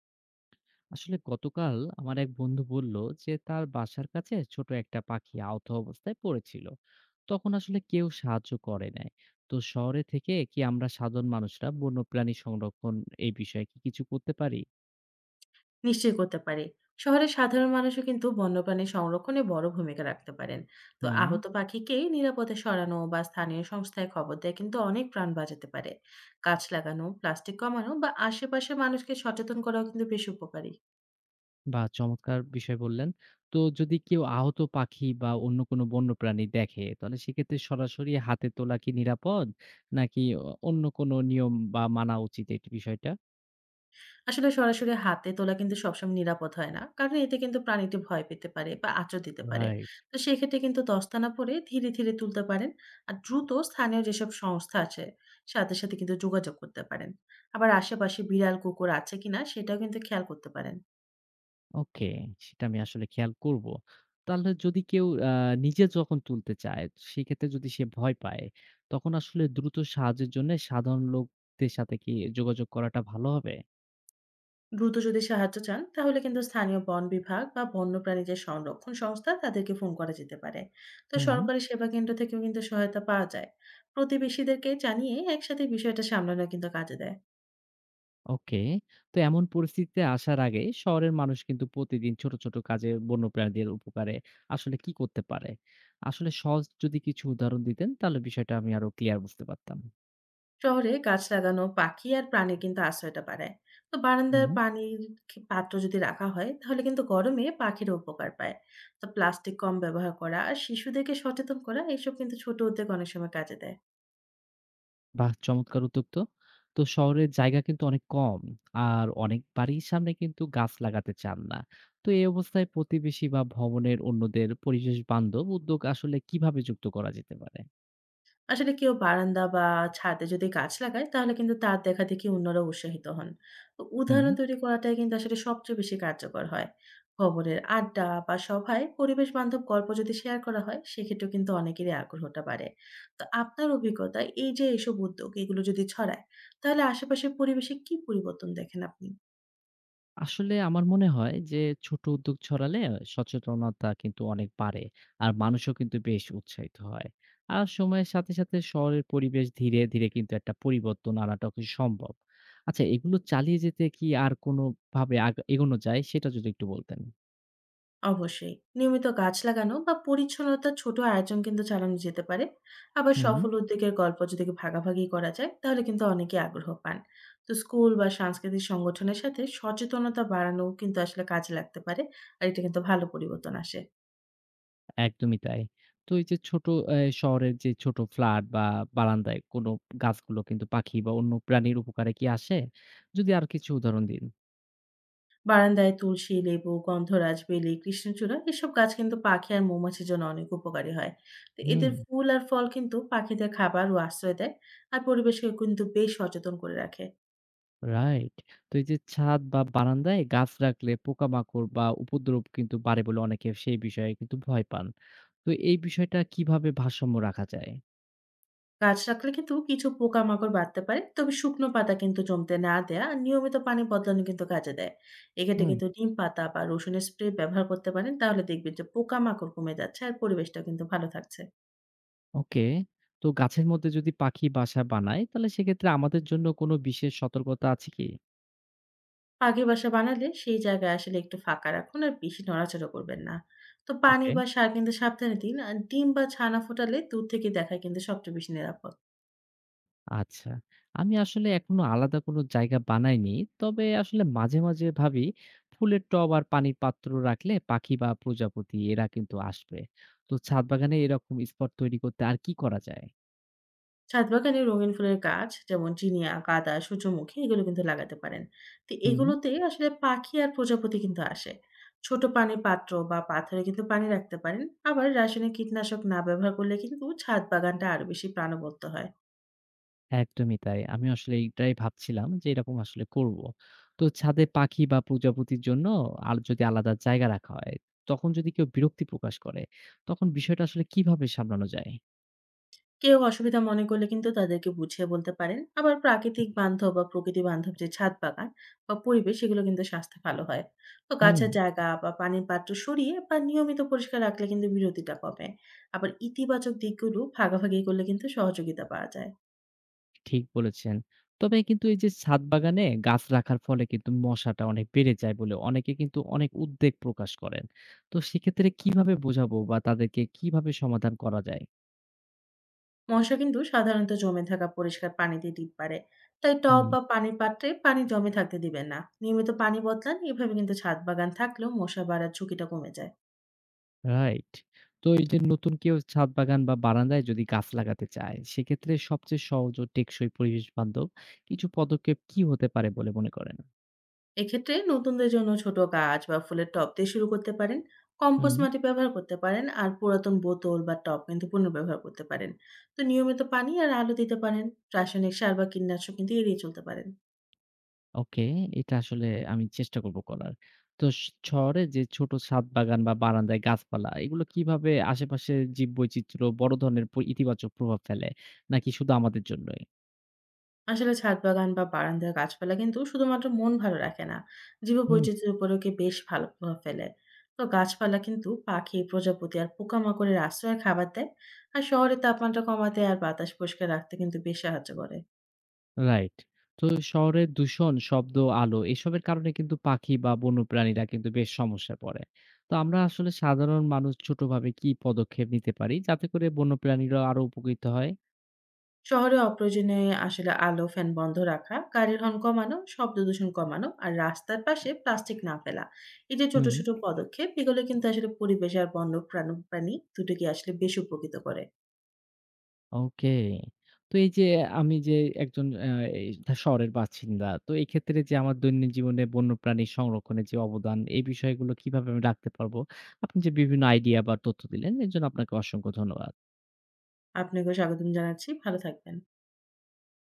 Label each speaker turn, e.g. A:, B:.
A: আসলে গতকাল আমার এক বন্ধু বলল যে তার বাসার কাছে ছোট একটা পাখি আহত অবস্থায় পড়েছিল। তখন আসলে কেউ সাহায্য করে নাই। তো শহরে থেকে কি আমরা সাধারণ মানুষরা বন্যপ্রাণী সংরক্ষণ এই বিষয়ে কি কিছু করতে পারি?
B: নিশ্চয়ই করতে পারি। শহরের সাধারণ মানুষও কিন্তু বন্যপ্রাণী সংরক্ষণে বড় ভূমিকা রাখতে পারেন। তো
A: হুম।
B: আহত পাখিকে নিরাপদে সরানো বা স্থানীয় সংস্থায় খবর দেয়া কিন্তু অনেক প্রাণ বাঁচাতে পারে। গাছ লাগানো, প্লাস্টিক কমানো বা আশেপাশের মানুষকে সচেতন করাও কিন্তু বেশ উপকারী।
A: বা চমৎকার বিষয় বললেন। তো যদি কেউ আহত পাখি বা অন্য কোনো বন্যপ্রাণী দেখে তাহলে সেক্ষেত্রে সরাসরি হাতে তোলা কি নিরাপদ, নাকি অন্য কোনো নিয়ম বা মানা উচিত এই বিষয়টা?
B: আসলে সরাসরি হাতে তোলা কিন্তু সবসময় নিরাপদ হয় না, কারণ এতে কিন্তু প্রাণীটি ভয় পেতে পারে বা আঁচড় দিতে পারে।
A: রাইট।
B: তো সেক্ষেত্রে কিন্তু দস্তানা পরে ধীরে ধীরে তুলতে পারেন। আর দ্রুত স্থানীয় যেসব সংস্থা আছে, সাথে সাথে কিন্তু যোগাযোগ করতে পারেন। আবার আশেপাশে বিড়াল কুকুর আছে কিনা সেটাও কিন্তু খেয়াল করতে পারেন।
A: ওকে, সেটা আমি আসলে খেয়াল করব। তাহলে যদি কেউ নিজে যখন তুলতে চায়, সেক্ষেত্রে যদি সে ভয় পায়, তখন আসলে দ্রুত সাহায্যের জন্যে সাধারণ লোকদের সাথে কি যোগাযোগ করাটা ভালো হবে?
B: দ্রুত যদি সাহায্য চান তাহলে কিন্তু স্থানীয় বন বিভাগ বা বন্যপ্রাণী যে সংরক্ষণ সংস্থা, তাদেরকে ফোন করা যেতে পারে। তো
A: হুম।
B: সরকারি সেবা কেন্দ্র থেকেও কিন্তু সহায়তা পাওয়া যায়। প্রতিবেশীদেরকে জানিয়ে একসাথে বিষয়টা সামলানো কিন্তু কাজে দেয়।
A: ওকে। তো এমন পরিস্থিতিতে আসার আগে শহরের মানুষ কিন্তু প্রতিদিন ছোট, ছোট কাজে বন্যপ্রাণীদের উপকারে আসলে কি করতে পারে? আসলে সহজ যদি কিছু উদাহরণ দিতেন, তাহলে বিষয়টা আমি আরো ক্লিয়ার বুঝতে পারতাম।
B: শহরে গাছ লাগানো পাখি আর প্রাণী কিন্তু আশ্রয়টা বাড়ায়। তো বারান্দার পানির পাত্র যদি রাখা হয় তাহলে কিন্তু গরমে পাখিরও উপকার পায়। তো প্লাস্টিক কম ব্যবহার করা আর শিশুদেরকে সচেতন করা এইসব কিন্তু ছোট উদ্যোগ অনেক সময় কাজে দেয়।
A: বাহ! চমৎকার উদ্যোগ তো। তো শহরের জায়গা কিন্তু অনেক কম। আর অনেক বাড়ির সামনে কিন্তু গাছ লাগাতে চান না। তো এই অবস্থায় প্রতিবেশী বা ভবনের অন্যদের পরিবেশ বান্ধব উদ্যোগ আসলে কিভাবে যুক্ত করা যেতে পারে?
B: আসলে কেউ বারান্দা বা ছাদে যদি গাছ লাগায় তাহলে কিন্তু তার দেখাদেখি অন্যরা উৎসাহিত হন। তো
A: হুম।
B: উদাহরণ তৈরি করাটাই কিন্তু আসলে সবচেয়ে বেশি কার্যকর হয়। খবরের আড্ডা বা সভায় পরিবেশ বান্ধব গল্প যদি শেয়ার করা হয় সেক্ষেত্রে কিন্তু অনেকেরই আগ্রহটা বাড়ে। তো আপনার অভিজ্ঞতা, এই যে এসব উদ্যোগ এগুলো যদি ছড়ায়, তাহলে আশেপাশের পরিবেশে কি পরিবর্তন দেখেন আপনি?
A: আসলে আমার মনে হয় যে ছোট উদ্যোগ ছড়ালে সচেতনতা কিন্তু অনেক বাড়ে, আর মানুষও কিন্তু বেশ উৎসাহিত হয়। আর সময়ের সাথে সাথে শহরের পরিবেশ ধীরে ধীরে কিন্তু একটা পরিবর্তন আনাটা কি সম্ভব? আচ্ছা, এগুলো চালিয়ে যেতে কি আর কোনো ভাবে এগোনো যায় সেটা যদি একটু বলতেন।
B: অবশ্যই। নিয়মিত গাছ লাগানো বা পরিচ্ছন্নতার ছোট আয়োজন কিন্তু চালানো যেতে পারে। আবার
A: হুম।
B: সফল উদ্যোগের গল্প যদি ভাগাভাগি করা যায়, তাহলে কিন্তু অনেকেই আগ্রহ পান। তো স্কুল বা সাংস্কৃতিক সংগঠনের সাথে সচেতনতা বাড়ানোও কিন্তু আসলে কাজে লাগতে পারে। আর এটা কিন্তু ভালো পরিবর্তন আসে।
A: একদমই তাই। তো এই যে ছোট শহরের যে ছোট ফ্ল্যাট বা বারান্দায় কোনো গাছগুলো কিন্তু পাখি বা অন্য প্রাণীর উপকারে কি আসে, যদি আর কিছু উদাহরণ দিন।
B: বারান্দায় তুলসী, লেবু, গন্ধরাজ, বেলি, কৃষ্ণচূড়া এসব গাছ কিন্তু পাখি আর মৌমাছির জন্য অনেক উপকারী হয়। তো
A: হুম।
B: এদের ফুল আর ফল কিন্তু পাখিদের খাবার ও আশ্রয় দেয়। আর পরিবেশকে কিন্তু বেশ সচেতন করে রাখে।
A: রাইট। তো এই যে ছাদ বা বারান্দায় গাছ রাখলে পোকামাকড় বা উপদ্রব কিন্তু বাড়ে বলে অনেকে সেই বিষয়ে কিন্তু ভয় পান। তো এই বিষয়টা কিভাবে ভারসাম্য রাখা যায়?
B: গাছ রাখলে কিন্তু কিছু পোকামাকড় বাড়তে পারে, তবে শুকনো পাতা কিন্তু জমতে না দেয়া আর নিয়মিত পানি বদলানো কিন্তু কাজে দেয়। এক্ষেত্রে
A: হুম।
B: কিন্তু নিম পাতা বা রসুনের স্প্রে ব্যবহার করতে পারেন, তাহলে দেখবেন যে পোকামাকড় কমে যাচ্ছে আর পরিবেশটা কিন্তু ভালো থাকছে।
A: ওকে। তো গাছের মধ্যে যদি পাখি বাসা বানায় তাহলে সেক্ষেত্রে আমাদের জন্য কোনো বিশেষ সতর্কতা আছে কি?
B: পাখি বাসা বানালে সেই জায়গায় আসলে একটু ফাঁকা রাখুন আর বেশি নড়াচড়া করবেন না। তো পানি
A: ওকে।
B: বা সার কিন্তু সাবধানে দিন, আর ডিম বা ছানা ফোটালে দূর থেকে দেখা কিন্তু সবচেয়ে বেশি নিরাপদ।
A: আচ্ছা। আমি আসলে এখনো আলাদা কোনো জায়গা বানাইনি। তবে আসলে মাঝে, মাঝে ভাবি ফুলের টব আর পানির পাত্র রাখলে পাখি বা প্রজাপতি এরা কিন্তু আসবে। তো ছাদ বাগানে এরকম স্পট তৈরি করতে আর কি করা যায়?
B: ছাদ বাগানে রঙিন ফুলের গাছ যেমন জিনিয়া, গাঁদা, সূর্যমুখী এগুলো কিন্তু লাগাতে পারেন। তো
A: হুম।
B: এগুলোতে আসলে পাখি আর প্রজাপতি কিন্তু আসে। ছোট পানির পাত্র বা পাথরে কিন্তু পানি রাখতে পারেন। আবার রাসায়নিক কীটনাশক না ব্যবহার করলে কিন্তু ছাদ বাগানটা আরো বেশি প্রাণবন্ত হয়।
A: একদমই তাই। আমি আসলে এইটাই ভাবছিলাম যে এরকম আসলে করব। তো ছাদে পাখি বা প্রজাপতির জন্য আর যদি আলাদা জায়গা রাখা হয়, তখন যদি কেউ বিরক্তি প্রকাশ করে, তখন বিষয়টা আসলে কিভাবে সামলানো যায়?
B: কেউ অসুবিধা মনে করলে কিন্তু তাদেরকে বুঝিয়ে বলতে পারেন। আবার প্রাকৃতিক বান্ধব বা প্রকৃতি বান্ধব যে ছাদ বাগান বা পরিবেশ, সেগুলো কিন্তু স্বাস্থ্যে ভালো হয়। তো
A: হুম।
B: গাছের জায়গা বা পানির পাত্র সরিয়ে বা নিয়মিত পরিষ্কার রাখলে কিন্তু বিরতিটা কমে। আবার ইতিবাচক দিকগুলো ভাগাভাগি করলে কিন্তু সহযোগিতা পাওয়া যায়।
A: ঠিক বলেছেন। তবে কিন্তু এই যে ছাদ বাগানে গাছ রাখার ফলে কিন্তু মশাটা অনেক বেড়ে যায় বলে অনেকে কিন্তু অনেক উদ্বেগ প্রকাশ করেন। তো সেক্ষেত্রে কিভাবে বোঝাবো বা তাদেরকে কিভাবে সমাধান করা যায়?
B: মশা কিন্তু সাধারণত জমে থাকা পরিষ্কার পানিতে ডিপ পারে। তাই টব
A: হুম,
B: বা পানির পাত্রে পানি জমে থাকতে দিবেন না, নিয়মিত পানি বদলান। এভাবে কিন্তু ছাদ বাগান থাকলেও মশা বাড়ার ঝুঁকিটা কমে যায়।
A: রাইট। তো এই যে নতুন কেউ ছাদ বাগান বা বারান্দায় যদি গাছ লাগাতে চায়, সেক্ষেত্রে সবচেয়ে সহজ ও টেকসই পরিবেশ বান্ধব কিছু পদক্ষেপ কি হতে পারে বলে মনে করেন?
B: এক্ষেত্রে নতুনদের জন্য ছোট গাছ বা ফুলের টব দিয়ে শুরু করতে পারেন। Compost
A: hmm.
B: মাটি ব্যবহার করতে পারেন, আর পুরাতন বোতল বা টব কিন্তু পুনর্ব্যবহার করতে পারেন। তো নিয়মিত পানি আর আলো দিতে পারেন। রাসায়নিক সার বা কীটনাশক কিন্তু এড়িয়ে চলতে পারেন।
A: ওকে, এটা আসলে আমি চেষ্টা করব করার। তো স শহরে যে ছোট ছাদ বাগান বা বারান্দায় গাছপালা, এগুলো কিভাবে আশেপাশের জীববৈচিত্র্য বড় ধরনের ইতিবাচক প্রভাব ফেলে? নাকি শুধু আমাদের জন্যই?
B: আসলে ছাদ বাগান বা বারান্দার গাছপালা কিন্তু শুধুমাত্র মন ভালো রাখে না, জীব
A: হুম।
B: বৈচিত্র্যের উপরেও কি বেশ ভালো প্রভাব ফেলে। তো গাছপালা কিন্তু পাখি প্রজাপতি আর পোকামাকড়ের আশ্রয় খাবার দেয়। আর শহরের তাপমাত্রা কমাতে আর বাতাস পরিষ্কার রাখতে কিন্তু বেশ সাহায্য করে।
A: রাইট। তো শহরের দূষণ, শব্দ, আলো এসবের কারণে কিন্তু পাখি বা বন্যপ্রাণীরা কিন্তু বেশ সমস্যায় পড়ে। তো আমরা আসলে সাধারণ মানুষ ছোটভাবে কি পদক্ষেপ নিতে পারি যাতে করে বন্যপ্রাণীরা আরো উপকৃত হয়?
B: শহরে অপ্রয়োজনে আসলে আলো, ফ্যান বন্ধ রাখা, গাড়ির হর্ন কমানো, শব্দ দূষণ কমানো আর রাস্তার পাশে প্লাস্টিক না ফেলা। এই যে ছোট,
A: হুম।
B: ছোট পদক্ষেপ এগুলো কিন্তু আসলে পরিবেশ আর বন্য প্রাণী দুটোকে আসলে বেশ উপকৃত করে।
A: ওকে। তো এই যে আমি যে একজন আ এই শহরের বাসিন্দা। তো এই ক্ষেত্রে যে আমার দৈনন্দিন জীবনে বন্যপ্রাণী সংরক্ষণের যে অবদান, এই বিষয়গুলো কিভাবে আমি রাখতে পারবো? আপনি যে বিভিন্ন আইডিয়া বা তথ্য দিলেন, এর জন্য আপনাকে অসংখ্য ধন্যবাদ।
B: আপনাকেও স্বাগতম জানাচ্ছি। ভালো থাকবেন।